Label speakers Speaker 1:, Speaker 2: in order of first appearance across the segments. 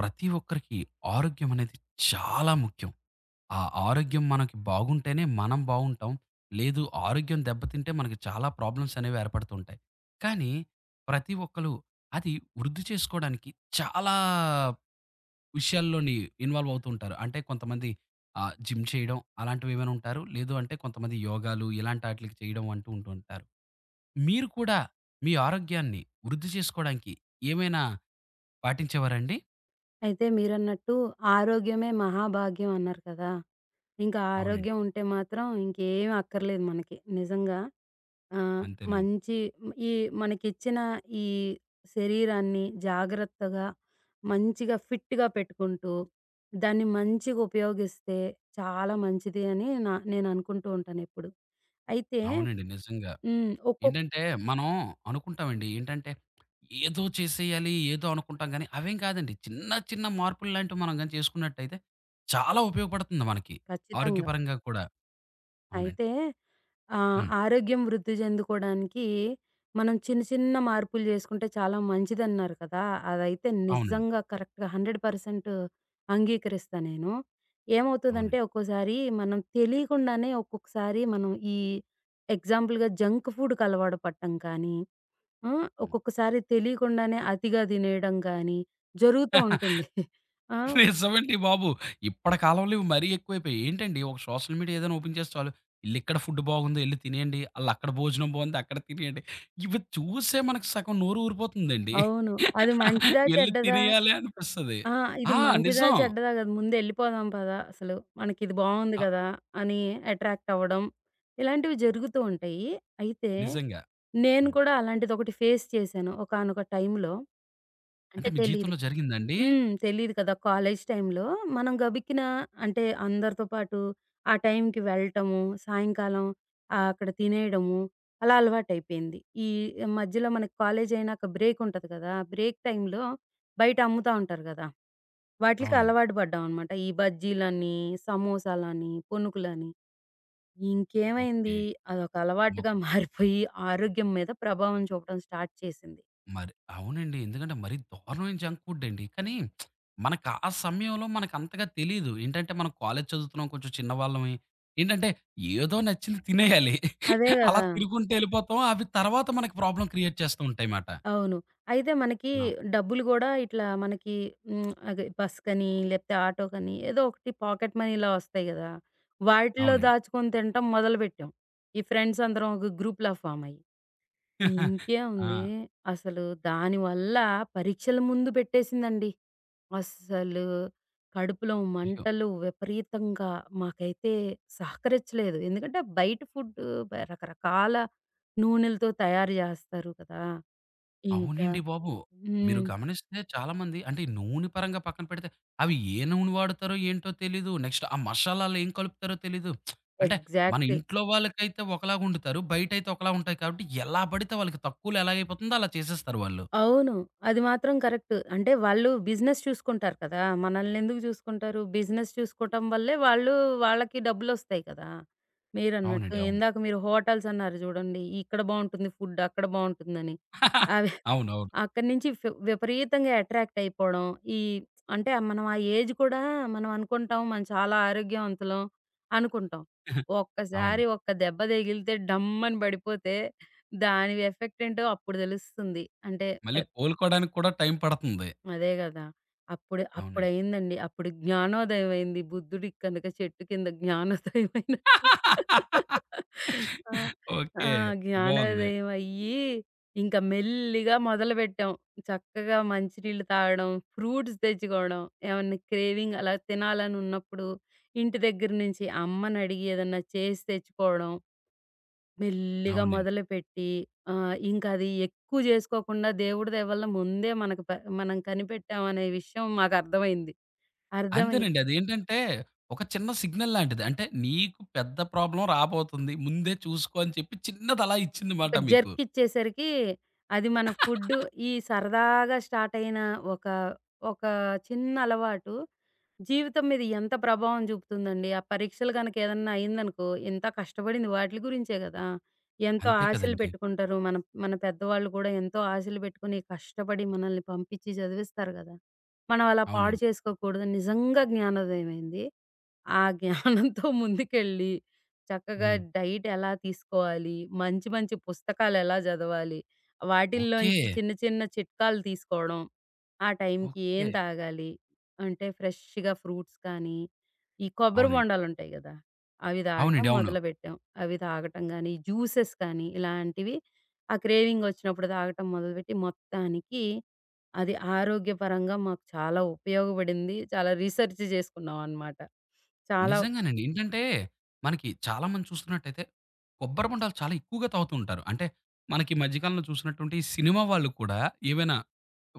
Speaker 1: ప్రతి ఒక్కరికి ఆరోగ్యం అనేది చాలా ముఖ్యం. ఆ ఆరోగ్యం మనకి బాగుంటేనే మనం బావుంటాం. లేదు ఆరోగ్యం దెబ్బతింటే మనకి చాలా ప్రాబ్లమ్స్ అనేవి ఏర్పడుతుంటాయి. కానీ ప్రతి ఒక్కళ్ళు అది వృద్ధి చేసుకోవడానికి చాలా విషయాల్లోని ఇన్వాల్వ్ అవుతూ ఉంటారు. అంటే కొంతమంది జిమ్ చేయడం అలాంటివేమైనా ఉంటారు. లేదు అంటే కొంతమంది యోగాలు ఇలాంటి ఆటిలకి చేయడం అంటూ ఉంటూ ఉంటారు. మీరు కూడా మీ ఆరోగ్యాన్ని వృద్ధి చేసుకోవడానికి ఏమైనా పాటించేవారండి?
Speaker 2: అయితే మీరన్నట్టు ఆరోగ్యమే మహాభాగ్యం అన్నారు కదా! ఇంకా
Speaker 1: అవునండి.
Speaker 2: ఆరోగ్యం ఉంటే మాత్రం ఇంకేమి అక్కర్లేదు మనకి. నిజంగా ఆహ్,
Speaker 1: అంతేనండి.
Speaker 2: మంచి ఈ మనకిచ్చిన ఈ శరీరాన్ని జాగ్రత్తగా, మంచిగా ఫిట్‌గా పెట్టుకుంటూ, దాన్ని మంచిగా ఉపయోగిస్తే చాలా మంచిది అని నేను అనుకుంటూ ఉంటానెప్పుడు. అయితే
Speaker 1: అవునండి. నిజంగా.
Speaker 2: ఒక్కొక్క
Speaker 1: ఏంటంటే, మనం అనుకుంటామండి. ఏంటంటే, ఏదో చేసేయాలి, ఏదో అనుకుంటాం గానీ, అవేం కాదండి. చిన్న, చిన్న మార్పులు లాంటివి మనం గాని చేసుకున్నట్టయితే, చాలా ఉపయోగపడుతుంది మనకి.
Speaker 2: ఖచ్చితంగా.
Speaker 1: ఆరోగ్యపరంగా కూడా. అవునండి.
Speaker 2: అయితే ఆ!
Speaker 1: హ్మ్.
Speaker 2: ఆరోగ్యం వృద్ధి చెందుకోవడానికి మనం చిన్న చిన్న మార్పులు చేసుకుంటే చాలా మంచిదన్నారు కదా! అదైతే
Speaker 1: అవునండి.
Speaker 2: నిజంగా కరెక్ట్‌గా 100% అంగీకరిస్తా నేను. ఏమవుతదంటే
Speaker 1: అవునండి.
Speaker 2: ఒక్కోసారి మనం తెలియకుండానే ఒక్కొక్కసారి మనం ఎగ్జాంపుల్‌గా జంక్ ఫుడ్‌కి అలవాటు పడటం కానీ,
Speaker 1: హ్మ్.
Speaker 2: ఒక్కొక్కసారి తెలియకుండానే అతిగా తినేయడం గానీ జరుగుతూ ఉంటుంది. ఆ!
Speaker 1: నిజమండి బాబు. ఇప్పటి కాలంలో ఇవి మరీ ఎక్కువైపోయాయి. ఏంటండి ఒక సోషల్ మీడియా ఏదైనా ఓపెన్ చేస్తే చాలు. ఈళ్ళిక్కడ ఫుడ్ బాగుంది ఎళ్లి తినేయండి. ఆళ్ళక్కడ భోజనం బాగుంది అక్కడ తినేయండి. ఇవి చూసే మనకు సగం నోరు ఊరిపోతుందండి.
Speaker 2: అవును. అది మంచిదా?
Speaker 1: ఎళ్లి
Speaker 2: చెడ్డదా?
Speaker 1: తినేయాలి అనిపిస్తది.
Speaker 2: ఆ! ఇది
Speaker 1: ఆ!
Speaker 2: మంచిదా?
Speaker 1: నిజం.
Speaker 2: చెడ్డదా? కాదు. ముందెళ్ళిపోదాం పదా! అసలు మనకిది బావుంది
Speaker 1: అ
Speaker 2: కదా! అని అట్రాక్ట్ అవ్వడం. ఇలాంటివి జరుగుతూ ఉంటాయి. అయితే
Speaker 1: నిజంగా.
Speaker 2: నేను
Speaker 1: హ్మ్.
Speaker 2: కూడా అలాంటిదొకటి ఫేస్ చేశాను ఒకానొక టైంలో. అంటే
Speaker 1: అంటే మీ
Speaker 2: తెలీదు.
Speaker 1: జీవితంలో జరిగిందా అండి?
Speaker 2: తెలీదు కదా! కాలేజ్ టైంలో మనం గబిక్కున అంటే అందరితో పాటు ఆ టైంకి వెళ్ళటము, సాయంకాలం అక్కడ తినేయడము అలా అలవాటయిపోయింది. ఈ మధ్యలో మనకి కాలేజ్ అయినాక బ్రేక్ ఉంటది కదా! బ్రేక్ టైంలో బయట అమ్ముతా ఉంటారు కదా! వాటిలికి
Speaker 1: అవునండి.
Speaker 2: అలవాటు పడ్డామనమాట. ఈ బజ్జీలని, సమోసాలని, పునుకులని. ఇంకేమైంది
Speaker 1: ఓకే.
Speaker 2: అదొక
Speaker 1: మొ
Speaker 2: అలవాటుగా మారిపోయి ఆరోగ్యం మీద ప్రభావం చూపడం స్టార్ట్ చేసింది.
Speaker 1: మరి అవునండి. ఎందుకంటే మరీ దారుణమైన జంక్ ఫుడ్ అండి. కానీ మనకు ఆ సమయంలో మనకంతగా తెలీదు. ఏంటంటే మనం కాలేజ్ చదువుతున్నాం. కొంచెం చిన్నవాళ్ళమే. ఏంటంటే ఏదో నచ్చింది తినేయాలి.
Speaker 2: అదే
Speaker 1: అలా
Speaker 2: గదా!
Speaker 1: తినుకుంటూ ఎళ్ళిపోతాం. అవి తర్వాత మనకి ప్రాబ్లమ్ క్రియేట్ చేస్తూ ఉంటాయి మాట.
Speaker 2: అవును. అయితే మనకి
Speaker 1: ఆ!
Speaker 2: డబ్బులు గూడా ఇట్లా మనకి అదే బస్‌కని లేపోతే ఆటోకని ఏదో ఒకటి పాకెట్ మనీ ఇలా వస్తాయి గదా! వాటిలో
Speaker 1: అవునండి.
Speaker 2: దాచుకొని తినటం మొదలుపెట్టాం. ఈ ఫ్రెండ్స్ అందరం ఒక గ్రూప్‌లా ఫార్మ్ అయ్యి.
Speaker 1: ఆ!
Speaker 2: ఇంకేముంది అసలు దానివల్ల పరీక్షల ముందు పెట్టేసిందండి. అస్సలు కడుపులో
Speaker 1: అయ్యో!
Speaker 2: మంటలు విపరీతంగా మాకైతే సహకరించలేదు. ఎందుకంటే బయట ఫుడ్డు రకరకాల నూనెలతో తయారు జేస్తారు కదా! ఇంకా
Speaker 1: అవునండి బాబు. మీరు
Speaker 2: హ్మ్.
Speaker 1: గమనిస్తే చాలామంది అంటే ఈ నూనె పరంగా పక్కన పెడితే అవి ఏ నూనె వాడతారో ఏంటో తెలీదు. నెక్స్ట్ ఆ మసాలాలు ఏం కలుపుతారో తెలీదు. అంటే మన
Speaker 2: ఎగ్జాక్ట్‌లీ.
Speaker 1: ఇంట్లో వాళ్ళకైతే ఒకలాగా వండుతారు. బయటైతే ఒకలా ఉంటాయి కాబట్టి ఎలా పడితే వాళ్ళకి తక్కువలో ఎలాగైపోతుందో అలా చేసేస్తారు వాళ్ళు.
Speaker 2: అవును. అది మాత్రం కరెక్ట్. అంటే వాళ్ళు బిజినెస్ చూసుకుంటారు కదా! మనల్నెందుకు చూసుకుంటారు? బిజినెస్ చూసుకోవటం వల్లే వాళ్ళు వాళ్ళకి డబ్బులొస్తాయి కదా! మీరన్నట్టు
Speaker 1: అవునండి. అవును.
Speaker 2: ఇందాక మీరు హోటల్స్ అన్నారు చూడండి. ఇక్కడ బావుంటుంది ఫుడ్, అక్కడ బావుంటుందని. అవి
Speaker 1: అవునవును.
Speaker 2: అక్కడి నుంచి విపరీతంగా అట్రాక్ట్ అయిపోవడం. ఈ అంటే మనం ఆ ఏజ్ కూడా మనం అనుకుంటాం మనం చాలా ఆరోగ్యవంతులం అనుకుంటాం.
Speaker 1: అవును. అవును,
Speaker 2: ఒక్కసారి ఒక్క దెబ్బ తగిలితే డమ్మని పడిపోతే దాని ఎఫెక్ట్ ఏంటో అప్పుడు తెలుస్తుంది. అంటే పె
Speaker 1: మళ్ళీ కోలుకోవడానికి కూడా టైం పడుతుంది.
Speaker 2: అదే గదా! అప్పుడు
Speaker 1: అవునండి.
Speaker 2: అప్పుడయిందండి. అప్పుడు జ్ఞానోదయం అయింది. బుద్ధుడికి కనుక చెట్టు కింద జ్ఞానోదయం అయినట్టు. ఆ! ఆ!
Speaker 1: ఓకే. బావుంది.
Speaker 2: జ్ఞానోదయం అయ్యి, ఇంకా మెల్లిగా మొదలుపెట్టాం. చక్కగా మంచినీళ్ళు తాగడం, ఫ్రూట్స్ తెచ్చుకోవడం, ఏమన్నా క్రేవింగ్ అలా తినాలనున్నప్పుడు ఇంటి దగ్గర నుంచి అమ్మనడిగి ఏదన్నా చేసి తెచ్చుకోవడం. మెల్లిగా
Speaker 1: అవునండి.
Speaker 2: మొదలుపెట్టి ఇంకది ఎక్కువ జేసుకోకుండా దేవుడి దయవల్ల ముందే మనకు మనం కనిపెట్టామనే విషయం మాకర్థమైంది. అర్థమై
Speaker 1: అంతేనండి. అదేంటంటే ఒక చిన్న సిగ్నల్ లాంటిది. అంటే నీకు పెద్ద ప్రాబ్లమ్ రాబోతుంది. ముందే చూసుకో అని చెప్పి చిన్నది అలా ఇచ్చింది మాట
Speaker 2: ఒక
Speaker 1: మీకు.
Speaker 2: జర్క్ ఇచ్చేసరికి అది మన ఫుడ్డు ఈ సరదాగా స్టార్ట్ అయిన ఒక, ఒక చిన్న అలవాటు జీవితం మీద ఎంత ప్రభావం చూపుతుందండి. ఆ పరీక్షలు గనక ఏదన్నా అయిందనుకో, ఎంత కష్టపడింది వాటిలి గురించే గదా! ఎంతో
Speaker 1: అంతే
Speaker 2: ఆశలు
Speaker 1: కదండీ!
Speaker 2: పెట్టుకుంటారు. మన మన పెద్దవాళ్ళు కూడా ఎంతో ఆశలు పెట్టుకొని, కష్టపడి మనల్ని పంపించి చదివిస్తారు గదా! మనం అలా పాడు
Speaker 1: అవునండి.
Speaker 2: చేసుకోకూడదు. నిజంగా జ్ఞానోదయమైంది. ఆ జ్ఞానంతో ముందుకెళ్ళి చక్కగా
Speaker 1: హ్మ్.
Speaker 2: డైట్ ఎలా తీసుకోవాలి, మంచి మంచి పుస్తకాలు ఎలా చదవాలి,
Speaker 1: ఓకే.
Speaker 2: వాటిల్లోంచి చిన్న చిన్న చిట్కాలు తీసుకోవడం. ఆ టైంకి ఏం
Speaker 1: ఓకే.
Speaker 2: తాగాలి, అంటే ఫ్రెష్‌గా ఫ్రూట్స్ కానీ, ఈ కొబ్బరి
Speaker 1: అవునండి.
Speaker 2: బొండాలుంటాయి గదా! అవి తాగటం
Speaker 1: అవునండి. అవును.
Speaker 2: మొదలుపెట్టాం. అవి తాగటం గానీ, జ్యూసెస్ కానీ ఇలాంటివి ఆ క్రేవింగ్ వచ్చినప్పుడు తాగటం మొదలుపెట్టి మొత్తానికి అది ఆరోగ్యపరంగా మాకు చాలా ఉపయోగపడింది. చాలా రీసెర్చ్ చేసుకున్నాం అన్నమాట. చాలా
Speaker 1: నిజంగానండి. ఏంటంటే, మనకి చాలామంది చూస్తున్నట్టయితే, కొబ్బరి బొండాలు చాలా ఎక్కువగా తాగుతూ ఉంటారు. అంటే, మనకి ఈ మధ్య కాలంలో చూసినట్టుంటే, ఈ సినిమా వాళ్ళు కూడా ఏవైనా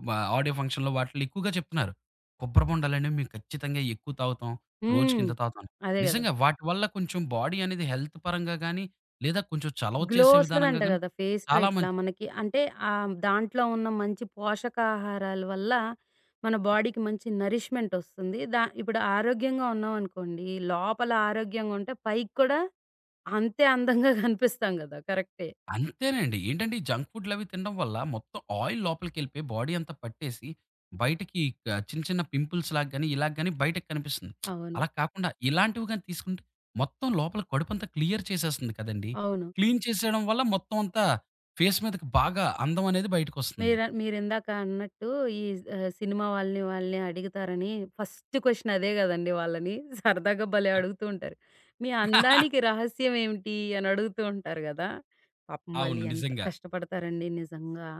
Speaker 1: వ ఆడియో ఫంక్షన్‌లో వాటిల్లో ఎక్కువగా చెప్తున్నారు. కొబ్బరి బొండాలనేవి మేము ఖచ్చితంగా ఎక్కువ తాగుతాం.
Speaker 2: హ్మ్.
Speaker 1: రోజుకింత తాగుతాం అని.
Speaker 2: అదే గదా!
Speaker 1: నిజంగా వాటి వల్ల కొంచెం బాడీ అనేది హెల్త్ పరంగా గానీ, లేదా కొంచెం చలవ
Speaker 2: గ్లో
Speaker 1: చేసే విధానంగా
Speaker 2: ఒస్తదంట
Speaker 1: గానీ
Speaker 2: గదా! ఫేస్‌లో
Speaker 1: చాలా
Speaker 2: ఇట్లా
Speaker 1: మంచిది.
Speaker 2: మనకి. అంటే దాంట్లో ఉన్న మంచి పోషకాహారాల వల్ల మన బాడీకి మంచి నరిష్‌మెంట్ ఒస్తుంది. ఇప్పుడు ఆరోగ్యంగా ఉన్నామనుకోండి, లోపల ఆరోగ్యంగా ఉంటే పైకి కూడా అంతే అందంగా కనిపిస్తాం గదా! కరెక్టే.
Speaker 1: అంతేనండి. ఏంటంటే ఈ జంక్ ఫుడ్‌లవి తినడం వల్ల మొత్తం ఆయిల్ లోపలికెళ్ళిపోయి బాడీ అంతా పట్టేసి బయటకి చిన్న చిన్న పింపుల్స్‌లాగా గాని, ఇలా గాని బయటకి కనిపిస్తుంది.
Speaker 2: అవును.
Speaker 1: అలా కాకుండా ఇలాంటివి గాని తీసుకుంటే మొత్తం లోపల కడుపంతా క్లియర్ చేసేస్తుంది కదండీ!
Speaker 2: అవును.
Speaker 1: క్లీన్ చేసేయడం వల్ల మొత్తం అంతా ఫేస్ మీదకి బాగా అందం అనేది బయటకొస్తుంది.
Speaker 2: మీరిందాక అన్నట్టు ఈ సినిమా వాళ్ళని అడుగుతారని ఫస్ట్ క్వెషన్ అదే గదండీ వాళ్ళని. సరదాగా భలే అడుగుతూ ఉంటారు. "మీ అందానికి రహస్యం ఏమిటి?" అని అడుగుతూ ఉంటారు గదా! పాపం వాళ్ళు
Speaker 1: అవును.
Speaker 2: ఎంత
Speaker 1: నిజంగా.
Speaker 2: కష్టపడతారండి నిజంగా.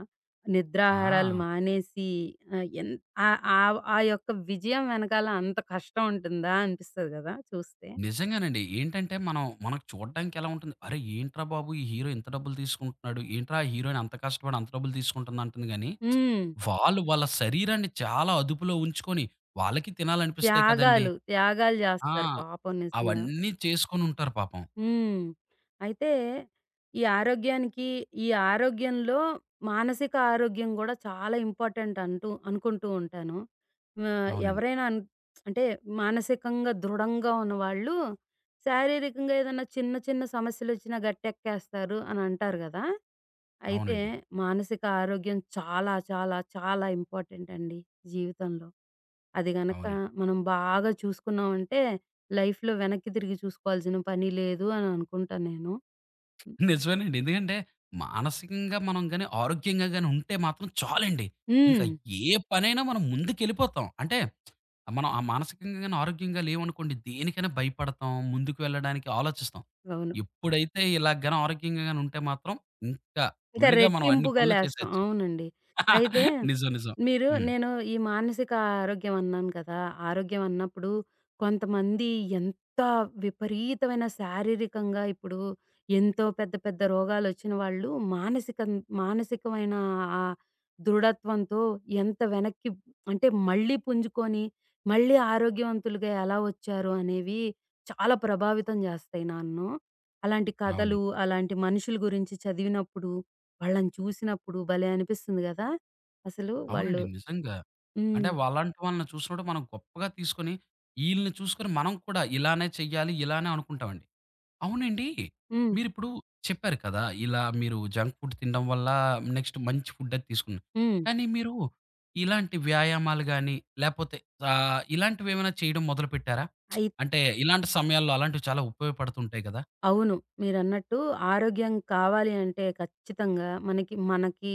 Speaker 2: నిద్రాహారాలు
Speaker 1: ఆ!
Speaker 2: మానేసి ఆహ్, ఎన్ ఆహ్, ఆవ్ ఆ యొక్క విజయం వెనకాల అంత కష్టం ఉంటుందా అనిపిస్తది గదా చూస్తే.
Speaker 1: నిజంగానండి. ఏంటంటే మనం మనకు చూడడానికి ఎలా ఉంటుంది? అరే! ఏంట్రా బాబు! ఈ హీరో ఇంత డబ్బులు తీసుకుంటున్నాడు. ఏంట్రా హీరోయిన్ అంత కష్టపడి అంత డబ్బులు తీసుకుంటుంది అంటుంది గాని
Speaker 2: హ్మ్.
Speaker 1: వాళ్ళు వాళ్ళ శరీరాన్ని చాలా అదుపులో ఉంచుకొని, వాళ్ళకి తినాలనిపిస్తాయి కదండీ!
Speaker 2: త్యాగాలు, త్యాగాలు
Speaker 1: ఆ!
Speaker 2: జేస్తారు పాపం నిజంగా.
Speaker 1: అవన్నీ చేసుకొనుంటారు పాపం.
Speaker 2: హ్మ్. అయితే ఈ ఆరోగ్యానికి ఈ ఆరోగ్యంలో మానసిక ఆరోగ్యం గూడా చాలా ఇంపార్టెంట్ అంటూ అనుకుంటూ ఉంటాను. ఆహ్,
Speaker 1: అవునండి.
Speaker 2: ఎవరైనా అన్ అంటే మానసికంగా దృఢంగా ఉన్నవాళ్ళు శారీరకంగా ఏదన్నా చిన్న చిన్న సమస్యలొచ్చినా గట్టెక్కేస్తారు అని అంటారు గదా! అయితే
Speaker 1: అవునండి.
Speaker 2: మానసిక ఆరోగ్యం చాలా చాలా చాలా ఇంపార్టెంట్ అండి జీవితంలో. అది గనక
Speaker 1: అవునండి.
Speaker 2: మనం బాగా చూసుకున్నామంటే లైఫ్‌లో వెనక్కి తిరిగి చూసుకోవాల్సిన పని లేదు అని అనుకుంటా నేను.
Speaker 1: నిజమేనండి. ఎందుకంటే, మానసికంగా మనం గాని, ఆరోగ్యంగా గాని ఉంటే మాత్రం చాలండి. ఇంకా
Speaker 2: హ్మ్.
Speaker 1: ఏ పనైనా మనం ముందుకెళ్ళిపోతాం. అంటే, మనం ఆ మానసికంగా గాని, ఆరోగ్యంగా లేవనుకోండి దేనికైనా భయపడతాం. ముందుకు వెళ్ళడానికి ఆలోచిస్తాం.
Speaker 2: అవును.
Speaker 1: ఎప్పుడైతే ఇలా గాని ఆరోగ్యంగా గాని ఉంటే మాత్రం, ఇంకా
Speaker 2: ఇంకా
Speaker 1: ఫుల్లుగా మనం అన్ని
Speaker 2: రెట్టింపుగా
Speaker 1: పనులు
Speaker 2: లేస్తాం.
Speaker 1: చేసేయొచ్చు.
Speaker 2: అవునండి. అయితే
Speaker 1: నిజం. నిజం.
Speaker 2: మీరు
Speaker 1: హ్మ్.
Speaker 2: నేను ఈ మానసిక ఆరోగ్యం అన్నాను కదా! ఆరోగ్యం అన్నప్పుడు కొంతమంది ఎంత విపరీతమైన శారీరకంగా ఇప్పుడు ఎంతో పెద్ద పెద్ద రోగాలొచ్చిన వాళ్ళు మానసికం మానసికమైన ఆ దృఢత్వంతో ఎంత వెనక్కి అంటే మళ్ళీ పుంజుకొని మళ్ళీ ఆరోగ్యవంతులుగా ఎలా వచ్చారు అనేవి చాలా ప్రభావితం జేస్తాయి నన్ను. అలాంటి కథలు,
Speaker 1: అవునండి.
Speaker 2: అలాంటి మనుషుల గురించి చదివినప్పుడు వాళ్ళని చూసినప్పుడు భలే అనిపిస్తుంది గదా! అసలు వాళ్ళు
Speaker 1: అవునండి. నిజంగా. అంటే
Speaker 2: హ్మ్.
Speaker 1: వాళ్ళంటి వాళ్ళని చూసినప్పుడు మనం గొప్పగా తీసుకొని, ఈళ్ళని చూసుకొని మనం కూడా ఇలానే చెయ్యాలి, ఇలానే అనుకుంటామండి. అవునండి.
Speaker 2: హ్మ్.
Speaker 1: మీరిప్పుడు చెప్పారు కదా! ఇలా మీరు జంక్ ఫుడ్ తినడం వల్ల నెక్స్ట్ మంచి ఫుడ్ అది తీసుకున్నా.
Speaker 2: హ్మ్.
Speaker 1: కానీ మీరు ఇలాంటి వ్యాయామాలు గాని, లేపోతే ఇలాంటివేమైనా చేయడం మొదలుపెట్టారా?
Speaker 2: అయి
Speaker 1: అంటే ఇలాంటి సమయాల్లో అలాంటివి చాలా ఉపయోగపడుతుంటాయి కదా!
Speaker 2: అవును. మీరన్నట్టు ఆరోగ్యం కావాలి అంటే ఖచ్చితంగా మనకి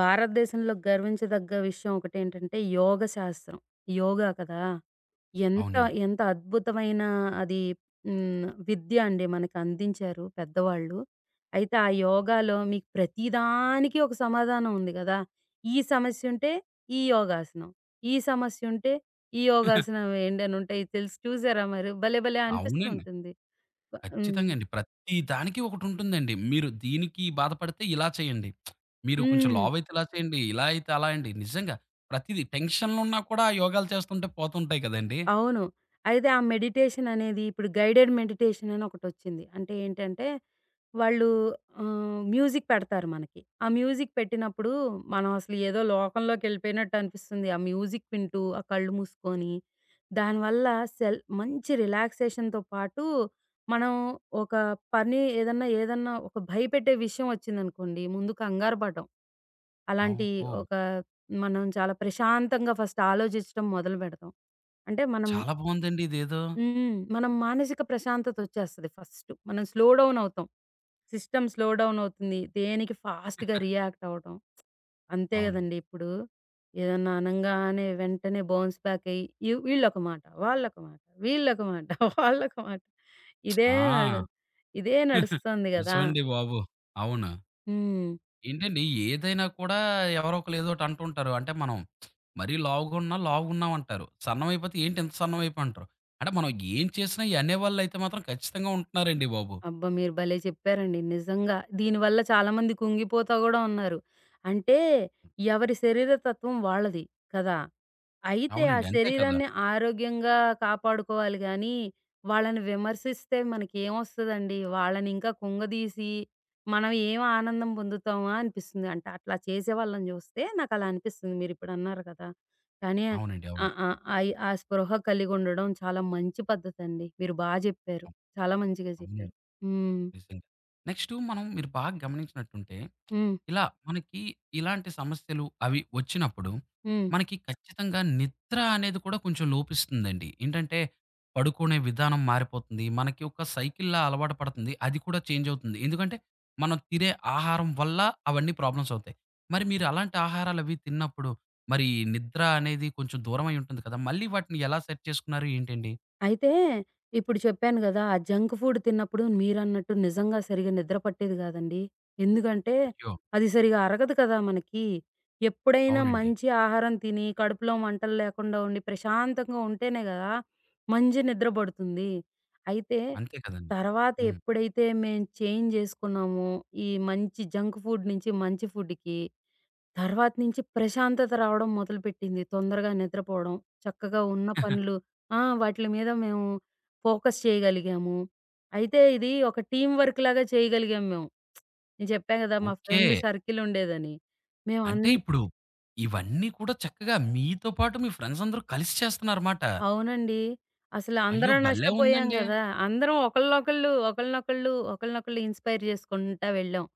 Speaker 2: భారతదేశంలో గర్వించదగ్గ విషయం ఒకటేంటంటే యోగ శాస్త్రం. యోగా కదా! ఎంత,
Speaker 1: అవునండి.
Speaker 2: ఎంత అద్భుతమైన అది హ్మ్. విద్య అండి మనకందించారు పెద్దవాళ్ళు. అయితే ఆ యోగాలో మీకు ప్రతిదానికి ఒక సమాధానం ఉంది గదా! ఈ సమస్యుంటే ఈ యోగాసనం, ఈ సమస్యుంటే ఈ యోగాసనం ఏంటనుంటాయి తెలుసు చూసారా మరి? భలే భలే అనిపిస్తూ
Speaker 1: అవునండి.
Speaker 2: ఉంటుంది. హ్మ్.
Speaker 1: ఖచ్చితంగా అండి. ప్రతి దానికి ఒకటుంటుందండి. మీరు దీనికి బాధపడితే ఇలా చేయండి. మీరు కొంచెం
Speaker 2: హ్మ్.
Speaker 1: లావయితే ఇలా చేయండి. ఇలా అయితే అలా అండి. నిజంగా ప్రతీదీ టెన్షన్‌లో ఉన్నా కూడా ఆ యోగాలు చేస్తుంటే పోతుంటాయి కదండీ!
Speaker 2: అవును. అయితే ఆ మెడిటేషన్ అనేది ఇప్పుడు గైడెడ్ మెడిటేషన్ అని ఒకటొచ్చింది. అంటే ఏంటంటే, వాళ్ళు మ్యూజిక్ పెడతారు మనకి. ఆ మ్యూజిక్ పెట్టినప్పుడు మనం అసలు ఏదో లోకంలోకెళ్ళిపోయినట్టు అనిపిస్తుంది. ఆ మ్యూజిక్ వింటూ, ఆ కళ్ళు మూసుకొని, దానివల్ల సెల్ మంచి రిలాక్సేషన్‌తో పాటు మనం ఒక పని ఏదన్నా ఒక భయపెట్టే విషయం వచ్చిందనుకోండి, ముందు కంగారు పడం. అలాంటి
Speaker 1: ఓహో!
Speaker 2: ఒక మనం చాలా ప్రశాంతంగా ఫస్ట్ ఆలోచించడం మొదలు పెడతాం. అంటే మనం
Speaker 1: చాలా బావుందండి ఇదేదో.
Speaker 2: హ్మ్. మనం మానసిక ప్రశాంతతొచ్చేస్తది ఫస్ట్. మనం స్లో డౌన్ అవుతాం. సిస్టమ్ స్లో డౌన్ అవుతుంది. దేనికి ఫాస్ట్‌గా రియాక్ట్ అవ్వటం. అంతే
Speaker 1: అవునండి.
Speaker 2: గదండీ ఇప్పుడు. ఏదన్నా అనంగానే వెంటనే బౌన్స్ బ్యాక్ అయ్యి, ఈ వీళ్ళొక మాట, వాళ్ళొక మాట, వీళ్ళొక మాట, వాళ్ళొక మాట. ఇదే నడు
Speaker 1: ఆ!
Speaker 2: ఇదే నడుస్తుంది గదా!
Speaker 1: నిజమండి బాబు. అవును.
Speaker 2: హ్మ్.
Speaker 1: ఏంటండి ఏదైనా కూడా ఎవరో ఒకళ్ళు ఏదోటి అంటుంటారు. అంటే మనం మరీ లావుగున్నా లావుగున్నావు అంటారు. సన్నమయిపోతే ఏంటి ఇంత సన్నమయిపోయావు అంటారు. అంటే మనం ఏం చేసినా ఈ అనేవాళ్ళైతే మాత్రం ఖచ్చితంగా ఉంటున్నారండి బాబు.
Speaker 2: అబ్బా! మీరు భలే చెప్పారండి. నిజంగా. దీనివల్ల చాలామంది కుంగిపోతా గూడా ఉన్నారు. అంటే ఎవరి శరీర తత్వం వాళ్ళది కదా! అయితే ఆ
Speaker 1: అవునండి. అంతే కదా!
Speaker 2: శరీరాన్ని ఆరోగ్యంగా కాపాడుకోవాలి గానీ, వాళ్ళని విమర్శిస్తే మనకేమొస్తదండి? వాళ్ళనింకా కుంగదీసి, మనం ఏం ఆనందం పొందుతామా అనిపిస్తుంది. అంటే అట్లా చేసే వాళ్ళని జూస్తే నాకలా అనిపిస్తుంది మీరిప్పుడన్నారు కదా! కానీ
Speaker 1: అవునండి.
Speaker 2: ఆ!
Speaker 1: అవును.
Speaker 2: ఆ! ఆ స్పృహ కలిగుండడం చాలా మంచి పద్ధతండి. మీరు బా జెప్పారు.
Speaker 1: అవు
Speaker 2: చాలా మంచిగా జెప్పారు.
Speaker 1: అవునండి.
Speaker 2: హ్మ్.
Speaker 1: నిజంగా. నెక్స్టు మనం మీరు బాగా గమనించినట్టుంటే,
Speaker 2: హ్మ్.
Speaker 1: ఇలా మనకి ఇలాంటి సమస్యలు అవి వచ్చినప్పుడు,
Speaker 2: హ్మ్.
Speaker 1: మనకి ఖచ్చితంగా నిద్ర అనేది కూడా కొంచెం లోపిస్తుందండి. ఏంటంటే, పడుకునే విధానం మారిపోతుంది. మనకి ఒక సైకిల్‌లా అలవాటు పడుతుంది. అది కూడా చేంజ్ అవుతుంది. ఎందుకంటే, మనం తినే ఆహారం వల్ల అవన్నీ ప్రాబ్లమ్స్ అవుతాయి. మరి మీరు అలాంటి ఆహారాలవి తిన్నప్పుడు, మరి నిద్ర అనేది కొంచెం దూరమై ఉంటుంది కదా! మళ్ళీ వాటిని ఎలా సెట్ చేసుకున్నారు ఏంటండి?
Speaker 2: అయితే ఇప్పుడు చెప్పాను గదా! ఆ జంక్ ఫుడ్ తిన్నప్పుడు మీరన్నట్టు నిజంగా సరిగ్గా నిద్ర పట్టేది గాదండి. ఎందుకంటే,
Speaker 1: అయ్యో!
Speaker 2: అది సరిగ్గా అరగదు కదా మనకి. ఎప్పుడైనా
Speaker 1: అవునండి.
Speaker 2: మంచి ఆహారం తిని, కడుపులో మంటలు లేకుండా ఉండి, ప్రశాంతంగా ఉంటేనే గదా! మంచి నిద్ర పడుతుంది. అయితే
Speaker 1: అంతే కదండీ.
Speaker 2: తర్వాత
Speaker 1: హ్మ్.
Speaker 2: ఎప్పుడైతే మేము చేంజ్ జేసుకున్నామో, ఈ మంచి జంక్ ఫుడ్ నుంచి మంచి ఫుడ్‌కి తర్వాత నుంచి ప్రశాంతత రావడం మొదలుపెట్టింది. తొందరగా నిద్రపోవడం, చక్కగా ఉన్న పనులు ఆ! వాటిల మీద మేము ఫోకస్ చేయగలిగాము. అయితే ఇది ఒక టీమ్ వర్క్ లాగా చేయగలిగాం మేము. నేను చెప్పా గదా! మా
Speaker 1: ఓకే.
Speaker 2: ఫ్రెండ్ సర్కిల్ ఉండేదని. మేమన్
Speaker 1: అంటే ఇప్పుడు ఇవన్నీ కూడా చక్కగా మీతో పాటు మీ ఫ్రెండ్స్ అందరూ కలిసి చేస్తున్నారమాట.
Speaker 2: అవునండి. అసలు
Speaker 1: అయ్యో!
Speaker 2: అందరం
Speaker 1: భలే
Speaker 2: నష్టపోయాం
Speaker 1: ఉందండి.
Speaker 2: గదా! అందరం ఒకళ్ళనొకళ్ళు ఇన్‌స్పైర్ చేసుకుంటా వెళ్ళాం.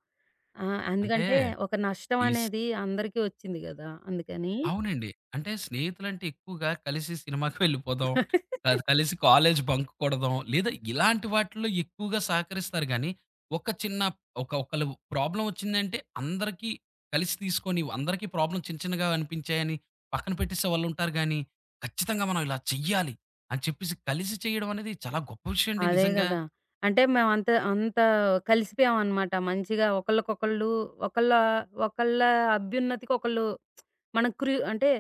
Speaker 2: ఆ!
Speaker 1: అంటే
Speaker 2: అందుకంటే ఒక నష్టం
Speaker 1: ఈ
Speaker 2: అనేది అందరికీ వచ్చింది గదా! అందుకని
Speaker 1: అవునండి. అంటే స్నేహితులంటే ఎక్కువగా కలిసి సినిమాకి వెళ్ళిపోదాం. కాదు కలిసి కాలేజ్ బంక్ కొడదాం. లేదా ఇలాంటి వాటిల్లో ఎక్కువగా సహకరిస్తారు గానీ, ఒక చిన్న ఒకళ్ళు ప్రాబ్లమ్ వచ్చిందంటే అందరికీ కలిసి తీసుకొని అందరికీ ప్రాబ్లమ్ చిన్న చిన్నగా అనిపించాయని పక్కన పెట్టేసే వాళ్ళుంటారు గానీ, ఖచ్చితంగా మనం ఇలా చెయ్యాలి అని చెప్పేసి కలిసి చేయడం అనేది చాలా గొప్ప విషయం అండి
Speaker 2: అదే
Speaker 1: నిజంగా.
Speaker 2: గదా! అంటే మేమంత అంత కలిసిపోయామనమాట. మంచిగా ఒకళ్ళకొకళ్ళు ఒకళ్ళ ఒకళ్ళ అభ్యున్నతికి ఒకళ్ళు మనం అంటే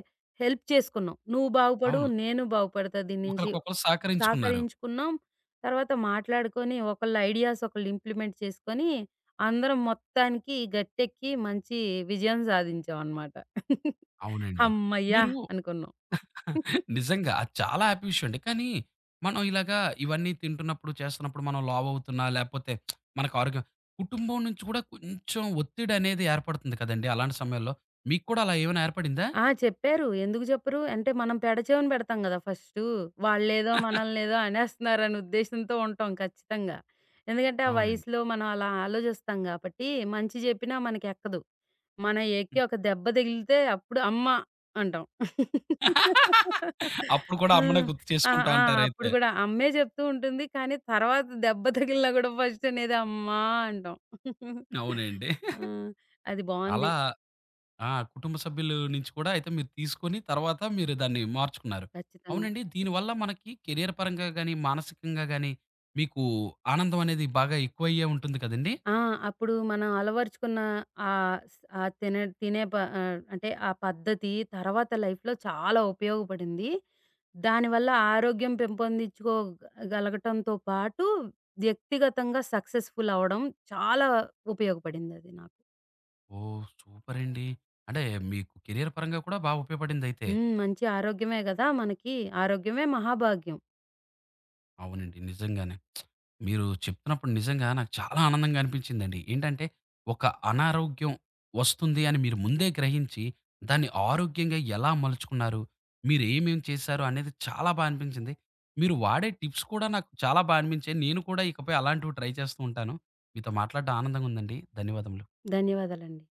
Speaker 2: హెల్ప్ చేసుకున్నాం. నువ్వు బాగుపడు,
Speaker 1: అవును.
Speaker 2: నేను బాగుపడతా దీని నుంచి.
Speaker 1: ఒకళ్ళకొకళ్ళు సహకరించుకున్నారు.
Speaker 2: సహకరించుకున్నాం. తర్వాత మాట్లాడుకొని ఒకళ్ళ ఐడియాస్ ఒకళ్ళు ఇంప్లిమెంట్ చేసుకొని అందరం మొత్తానికి గట్టెక్కి మంచి విజయం సాధించామనమాట.
Speaker 1: అవునండి.
Speaker 2: హమ్మయ్య!
Speaker 1: మీరు
Speaker 2: అనుకున్నాం.
Speaker 1: నిజంగా. అది చాలా హ్యాపీ విషయం అండి. కానీ మనం ఇలాగా ఇవన్నీ తింటున్నప్పుడు, చేస్తున్నప్పుడు మనం లావు అవుతున్నా, లేపోతే మనకు ఆరోగ్యం కుటుంబం నుంచి కూడా కొంచెం ఒత్తిడనేది ఏర్పడుతుంది కదండీ! అలాంటి సమయాల్లో. మీకు కూడా అలా ఏమైనా ఏర్పడిందా?
Speaker 2: ఆ! చెప్పారు. ఎందుకు చెప్పరు? అంటే మనం పెడచెవిన పెడతాం గదా! ఫస్టు. వాళ్ళేదో మనల్నేదో అనేస్తున్నారనే ఉద్దేశంతో ఉంటాం ఖచ్చితంగా. ఎందుకంటే ఆ
Speaker 1: అవునండి.
Speaker 2: వయసులో మనం అలా ఆలోచిస్తాం గాబట్టి, మంచి జెప్పినా మనకెక్కదు. మన ఎక్కి ఒక దెబ్బ తగిలితే అప్పుడు అమ్మ అంటాం.
Speaker 1: అప్పుడు కూడా
Speaker 2: ఆ!
Speaker 1: అమ్మనే గుర్తు
Speaker 2: ఆ!
Speaker 1: చేసుకుంటా
Speaker 2: ఆ! అప్పుడు
Speaker 1: అంటారైతే.
Speaker 2: గూడా అమ్మే జెప్తూ ఉంటుంది. కానీ తర్వాత దెబ్బ తగిలినా గూడా ఫస్ట్ అనేది అమ్మా అంటాం.
Speaker 1: అవునండి.
Speaker 2: ఆ! అది బావుంది.
Speaker 1: అలా ఆ! కుటుంబ సభ్యుల నుంచి కూడా అయితే మీరు తీసుకొని తర్వాత మీరు దాన్ని మార్చుకున్నారు.
Speaker 2: ఖచ్చితంగా.
Speaker 1: అవునండి. దీనివల్ల మనకి కెరియర్ పరంగా గాని, మానసికంగా గాని మీకు ఆనందం అనేది బాగా ఎక్కువయ్యే ఉంటుంది కదండీ!
Speaker 2: ఆ! అప్పుడు మనం అలవరుచుకున్న ఆహ్, స్ ఆహ్, తినే తినే ప ఆహ్, అంటే ఆ పద్ధతి తర్వాత లైఫ్‌లో చాలా ఉపయోగపడింది. దానివల్ల ఆరోగ్యం పెంపొందించుకోగలగటంతో పాటు, వ్యక్తిగతంగా సక్సెస్‌ఫుల్ అవ్వడం చాలా ఉపయోగపడిందది నాకు.
Speaker 1: ఓహ్! సూపర్ అండి. అంటే మీకు కెరియర్ పరంగా కూడా బాగా ఉపయోగపడిందయితే.
Speaker 2: హ్మ్. మంచి ఆరోగ్యమే గదా! మనకి ఆరోగ్యమే మహాభాగ్యం.
Speaker 1: అవునండి. నిజంగానే. మీరు చెప్తున్నప్పుడు నిజంగా నాకు చాలా ఆనందంగా అనిపించిందండి. ఏంటంటే, ఒక అనారోగ్యం వస్తుంది అని మీరు ముందే గ్రహించి, దాన్ని ఆరోగ్యంగా ఎలా మలుచుకున్నారు, మీరేమేమి చేశారు అనేది చాలా బా అనిపించింది. మీరు వాడే టిప్స్ కూడా నాకు చాలా బా అనిపించాయి. నేను కూడా ఇకపై అలాంటివి ట్రై చేస్తూ ఉంటాను. మీతో మాట్లాడడం ఆనందంగా ఉందండి. ధన్యవాదములు.
Speaker 2: ధన్యవాదాలండి.